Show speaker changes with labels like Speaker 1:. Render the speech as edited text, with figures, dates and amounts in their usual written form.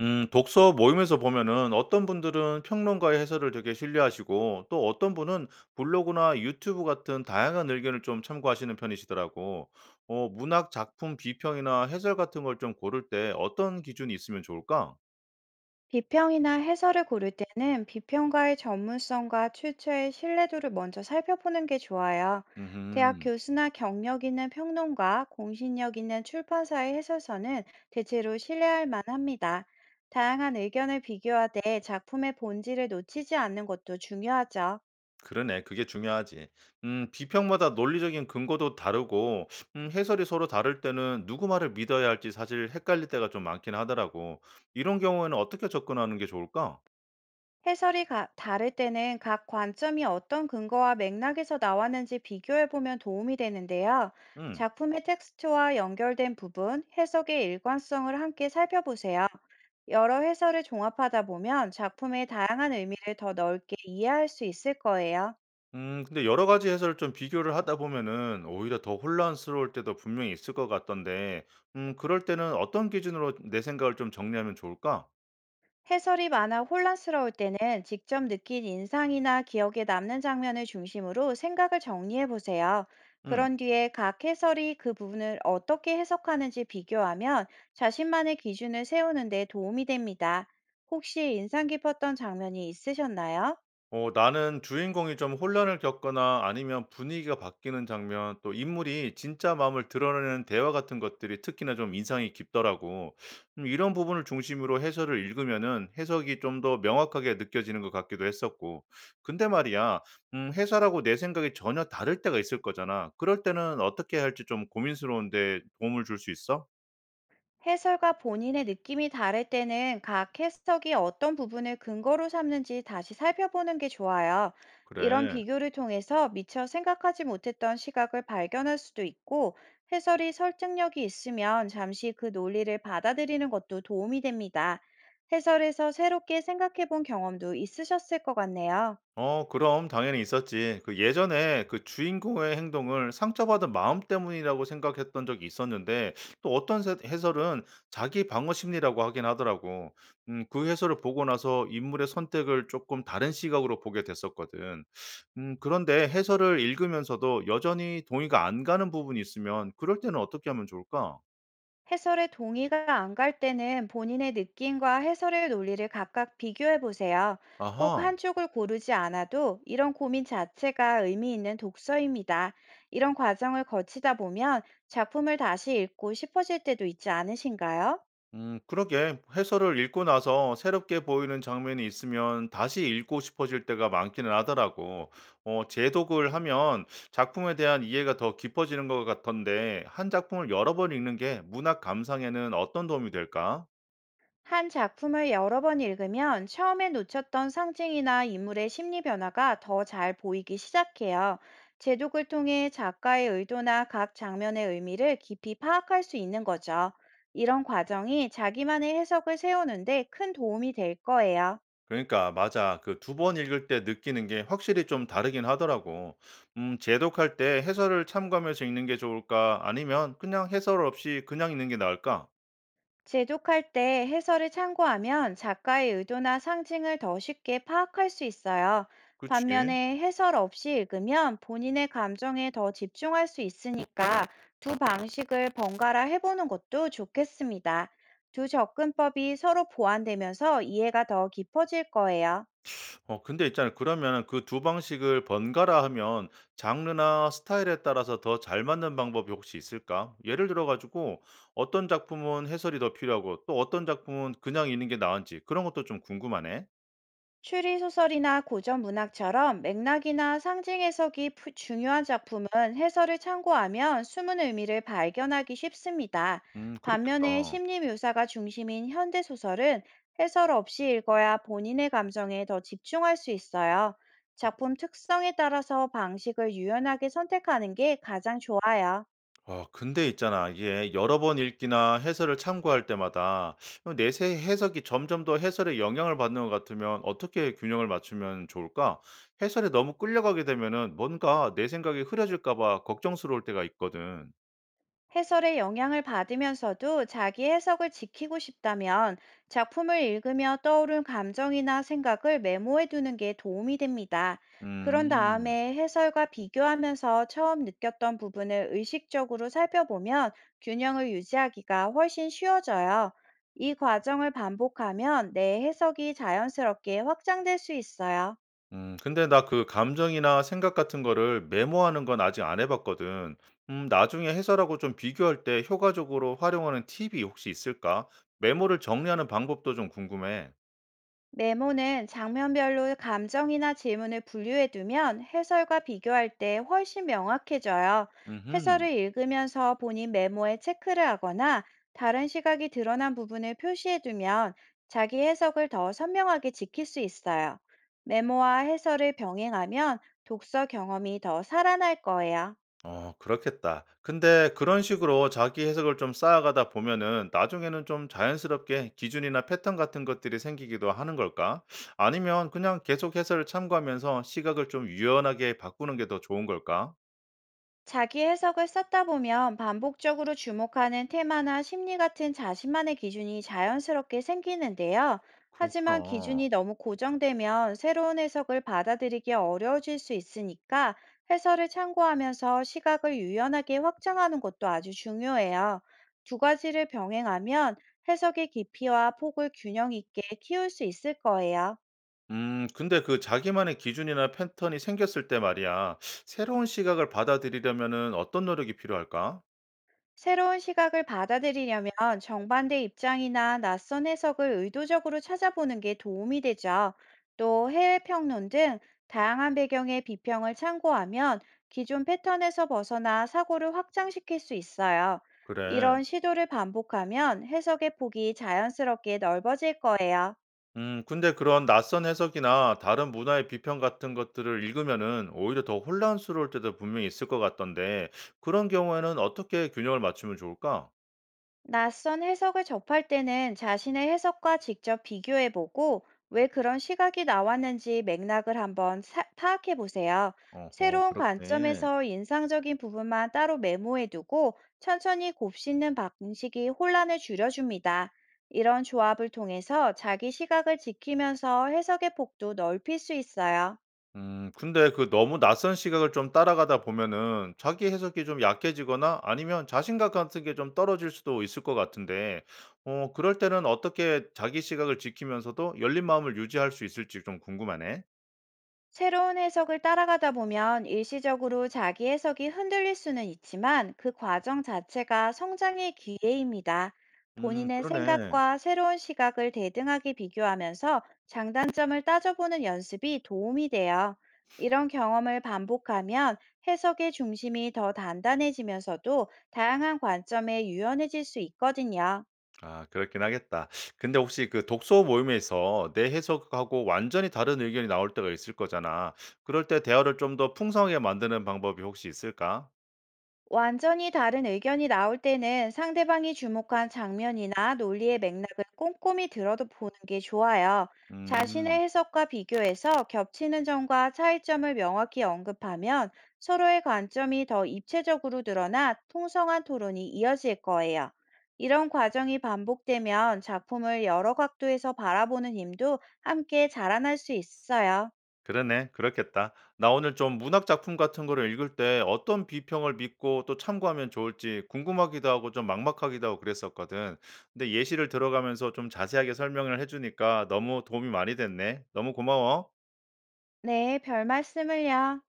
Speaker 1: 독서 모임에서 보면은 어떤 분들은 평론가의 해설을 되게 신뢰하시고 또 어떤 분은 블로그나 유튜브 같은 다양한 의견을 좀 참고하시는 편이시더라고. 문학 작품 비평이나 해설 같은 걸 좀 고를 때 어떤 기준이 있으면 좋을까?
Speaker 2: 비평이나 해설을 고를 때는 비평가의 전문성과 출처의 신뢰도를 먼저 살펴보는 게 좋아요. 대학
Speaker 1: 음
Speaker 2: 교수나 경력 있는 평론가, 공신력 있는 출판사의 해설서는 대체로 신뢰할 만합니다. 다양한 의견을 비교하되 작품의 본질을 놓치지 않는 것도 중요하죠.
Speaker 1: 그러네. 그게 중요하지. 비평마다 논리적인 근거도 다르고 해설이 서로 다를 때는 누구 말을 믿어야 할지 사실 헷갈릴 때가 좀 많긴 하더라고. 이런 경우에는 어떻게 접근하는 게 좋을까?
Speaker 2: 다를 때는 각 관점이 어떤 근거와 맥락에서 나왔는지 비교해 보면 도움이 되는데요.
Speaker 1: 음.
Speaker 2: 작품의 텍스트와 연결된 부분, 해석의 일관성을 함께 살펴보세요. 여러 해설을 종합하다 보면 작품의 다양한 의미를 더 넓게 이해할 수 있을 거예요.
Speaker 1: 근데 여러 가지 해설을 좀 비교를 하다 보면은 오히려 더 혼란스러울 때도 분명히 있을 것 같던데 그럴 때는 어떤 기준으로 내 생각을 좀 정리하면 좋을까?
Speaker 2: 해설이 많아 혼란스러울 때는 직접 느낀 인상이나 기억에 남는 장면을 중심으로 생각을 정리해 보세요.
Speaker 1: 음.
Speaker 2: 그런 뒤에 각 해설이 그 부분을 어떻게 해석하는지 비교하면 자신만의 기준을 세우는 데 도움이 됩니다. 혹시 인상 깊었던 장면이 있으셨나요?
Speaker 1: 나는 주인공이 좀 혼란을 겪거나 아니면 분위기가 바뀌는 장면 또 인물이 진짜 마음을 드러내는 대화 같은 것들이 특히나 좀 인상이 깊더라고. 이런 부분을 중심으로 해설을 읽으면은 해석이 좀 더 명확하게 느껴지는 것 같기도 했었고. 근데 말이야, 해설하고 내 생각이 전혀 다를 때가 있을 거잖아. 그럴 때는 어떻게 할지 좀 고민스러운데 도움을 줄 수 있어?
Speaker 2: 해설과 본인의 느낌이 다를 때는 각 해석이 어떤 부분을 근거로 삼는지 다시 살펴보는 게 좋아요. 이런
Speaker 1: 그래.
Speaker 2: 비교를 통해서 미처 생각하지 못했던 시각을 발견할 수도 있고, 해설이 설득력이 있으면 잠시 그 논리를 받아들이는 것도 도움이 됩니다. 해설에서 새롭게 생각해 본 경험도 있으셨을 것 같네요.
Speaker 1: 그럼 당연히 있었지. 그 예전에 그 주인공의 행동을 상처받은 마음 때문이라고 생각했던 적이 있었는데 또 어떤 해설은 자기 방어 심리라고 하긴 하더라고. 그 해설을 보고 나서 인물의 선택을 조금 다른 시각으로 보게 됐었거든. 그런데 해설을 읽으면서도 여전히 동의가 안 가는 부분이 있으면 그럴 때는 어떻게 하면 좋을까?
Speaker 2: 해설에 동의가 안 갈 때는 본인의 느낌과 해설의 논리를 각각 비교해 보세요. 꼭
Speaker 1: 아하.
Speaker 2: 한쪽을 고르지 않아도 이런 고민 자체가 의미 있는 독서입니다. 이런 과정을 거치다 보면 작품을 다시 읽고 싶어질 때도 있지 않으신가요?
Speaker 1: 그러게. 해설을 읽고 나서 새롭게 보이는 장면이 있으면 다시 읽고 싶어질 때가 많기는 하더라고. 재독을 하면 작품에 대한 이해가 더 깊어지는 것 같던데, 한 작품을 여러 번 읽는 게 문학 감상에는 어떤 도움이 될까?
Speaker 2: 한 작품을 여러 번 읽으면 처음에 놓쳤던 상징이나 인물의 심리 변화가 더 잘 보이기 시작해요. 제독을 통해 작가의 의도나 각 장면의 의미를 깊이 파악할 수 있는 거죠. 이런 과정이 자기만의 해석을 세우는데 큰 도움이 될 거예요.
Speaker 1: 그러니까, 맞아. 그 두 번 읽을 때 느끼는 게 확실히 좀 다르긴 하더라고. 재독할 때 해설을 참고하면서 읽는 게 좋을까? 아니면 그냥 해설 없이 그냥 읽는 게 나을까?
Speaker 2: 제독할 때 해설을 참고하면 작가의 의도나 상징을 더 쉽게 파악할 수 있어요.
Speaker 1: 그치?
Speaker 2: 반면에 해설 없이 읽으면 본인의 감정에 더 집중할 수 있으니까 두 방식을 번갈아 해보는 것도 좋겠습니다. 두 접근법이 서로 보완되면서 이해가 더 깊어질 거예요.
Speaker 1: 근데 있잖아요. 그러면 그 두 방식을 번갈아 하면 장르나 스타일에 따라서 더 잘 맞는 방법이 혹시 있을까? 예를 들어 가지고 어떤 작품은 해설이 더 필요하고 또 어떤 작품은 그냥 있는 게 나은지 그런 것도 좀 궁금하네.
Speaker 2: 추리소설이나 고전 문학처럼 맥락이나 상징 해석이 푸- 중요한 작품은 해설을 참고하면 숨은 의미를 발견하기 쉽습니다. 반면에
Speaker 1: 그렇겠다.
Speaker 2: 심리 묘사가 중심인 현대 소설은 해설 없이 읽어야 본인의 감정에 더 집중할 수 있어요. 작품 특성에 따라서 방식을 유연하게 선택하는 게 가장 좋아요.
Speaker 1: 근데 있잖아. 이게 여러 번 읽기나 해설을 참고할 때마다 내세 해석이 점점 더 해설에 영향을 받는 것 같으면 어떻게 균형을 맞추면 좋을까? 해설에 너무 끌려가게 되면은 뭔가 내 생각이 흐려질까 봐 걱정스러울 때가 있거든.
Speaker 2: 해설의 영향을 받으면서도 자기 해석을 지키고 싶다면 작품을 읽으며 떠오른 감정이나 생각을 메모해 두는 게 도움이 됩니다. 그런
Speaker 1: 음.
Speaker 2: 다음에 해설과 비교하면서 처음 느꼈던 부분을 의식적으로 살펴보면 균형을 유지하기가 훨씬 쉬워져요. 이 과정을 반복하면 내 해석이 자연스럽게 확장될 수 있어요.
Speaker 1: 근데 나 그 감정이나 생각 같은 거를 메모하는 건 아직 안 해 봤거든. 나중에 해설하고 좀 비교할 때 효과적으로 활용하는 팁이 혹시 있을까? 메모를 정리하는 방법도 좀 궁금해.
Speaker 2: 메모는 장면별로 감정이나 질문을 분류해두면 해설과 비교할 때 훨씬 명확해져요.
Speaker 1: 음
Speaker 2: 해설을 읽으면서 본인 메모에 체크를 하거나 다른 시각이 드러난 부분을 표시해두면 자기 해석을 더 선명하게 지킬 수 있어요. 메모와 해설을 병행하면 독서 경험이 더 살아날 거예요.
Speaker 1: 그렇겠다. 근데 그런 식으로 자기 해석을 좀 쌓아가다 보면은 나중에는 좀 자연스럽게 기준이나 패턴 같은 것들이 생기기도 하는 걸까? 아니면 그냥 계속 해설을 참고하면서 시각을 좀 유연하게 바꾸는 게 더 좋은 걸까?
Speaker 2: 자기 해석을 썼다 보면 반복적으로 주목하는 테마나 심리 같은 자신만의 기준이 자연스럽게 생기는데요. 하지만
Speaker 1: 그렇구나.
Speaker 2: 기준이 너무 고정되면 새로운 해석을 받아들이기 어려워질 수 있으니까 해설을 참고하면서 시각을 유연하게 확장하는 것도 아주 중요해요. 두 가지를 병행하면 해석의 깊이와 폭을 균형 있게 키울 수 있을 거예요.
Speaker 1: 근데 그 자기만의 기준이나 패턴이 생겼을 때 말이야. 새로운 시각을 받아들이려면은 어떤 노력이 필요할까?
Speaker 2: 새로운 시각을 받아들이려면 정반대 입장이나 낯선 해석을 의도적으로 찾아보는 게 도움이 되죠. 또 해외 평론 등 다양한 배경의 비평을 참고하면 기존 패턴에서 벗어나 사고를 확장시킬 수 있어요.
Speaker 1: 그래.
Speaker 2: 이런 시도를 반복하면 해석의 폭이 자연스럽게 넓어질 거예요.
Speaker 1: 근데 그런 낯선 해석이나 다른 문화의 비평 같은 것들을 읽으면은 오히려 더 혼란스러울 때도 분명히 있을 것 같던데, 그런 경우에는 어떻게 균형을 맞추면 좋을까?
Speaker 2: 낯선 해석을 접할 때는 자신의 해석과 직접 비교해보고 왜 그런 시각이 나왔는지 맥락을 한번 사- 파악해보세요.
Speaker 1: 어허,
Speaker 2: 새로운
Speaker 1: 그렇게.
Speaker 2: 관점에서 인상적인 부분만 따로 메모해두고 천천히 곱씹는 방식이 혼란을 줄여줍니다. 이런 조합을 통해서 자기 시각을 지키면서 해석의 폭도 넓힐 수 있어요.
Speaker 1: 근데 그 너무 낯선 시각을 좀 따라가다 보면은 자기 해석이 좀 약해지거나 아니면 자신감 같은 게 좀 떨어질 수도 있을 것 같은데, 그럴 때는 어떻게 자기 시각을 지키면서도 열린 마음을 유지할 수 있을지 좀 궁금하네.
Speaker 2: 새로운 해석을 따라가다 보면 일시적으로 자기 해석이 흔들릴 수는 있지만 그 과정 자체가 성장의 기회입니다. 본인의
Speaker 1: 그러네.
Speaker 2: 생각과 새로운 시각을 대등하게 비교하면서 장단점을 따져보는 연습이 도움이 돼요. 이런 경험을 반복하면 해석의 중심이 더 단단해지면서도 다양한 관점에 유연해질 수 있거든요.
Speaker 1: 아 그렇긴 하겠다. 근데 혹시 그 독서 모임에서 내 해석하고 완전히 다른 의견이 나올 때가 있을 거잖아. 그럴 때 대화를 좀 더 풍성하게 만드는 방법이 혹시 있을까?
Speaker 2: 완전히 다른 의견이 나올 때는 상대방이 주목한 장면이나 논리의 맥락을 꼼꼼히 들어도 보는 게 좋아요. 자신의
Speaker 1: 음.
Speaker 2: 해석과 비교해서 겹치는 점과 차이점을 명확히 언급하면 서로의 관점이 더 입체적으로 드러나 통성한 토론이 이어질 거예요. 이런 과정이 반복되면 작품을 여러 각도에서 바라보는 힘도 함께 자라날 수 있어요.
Speaker 1: 그러네. 그렇겠다. 나 오늘 좀 문학 작품 같은 거를 읽을 때 어떤 비평을 믿고 또 참고하면 좋을지 궁금하기도 하고 좀 막막하기도 하고 그랬었거든. 근데 예시를 들어가면서 좀 자세하게 설명을 해 주니까 너무 도움이 많이 됐네. 너무 고마워.
Speaker 2: 네, 별 말씀을요.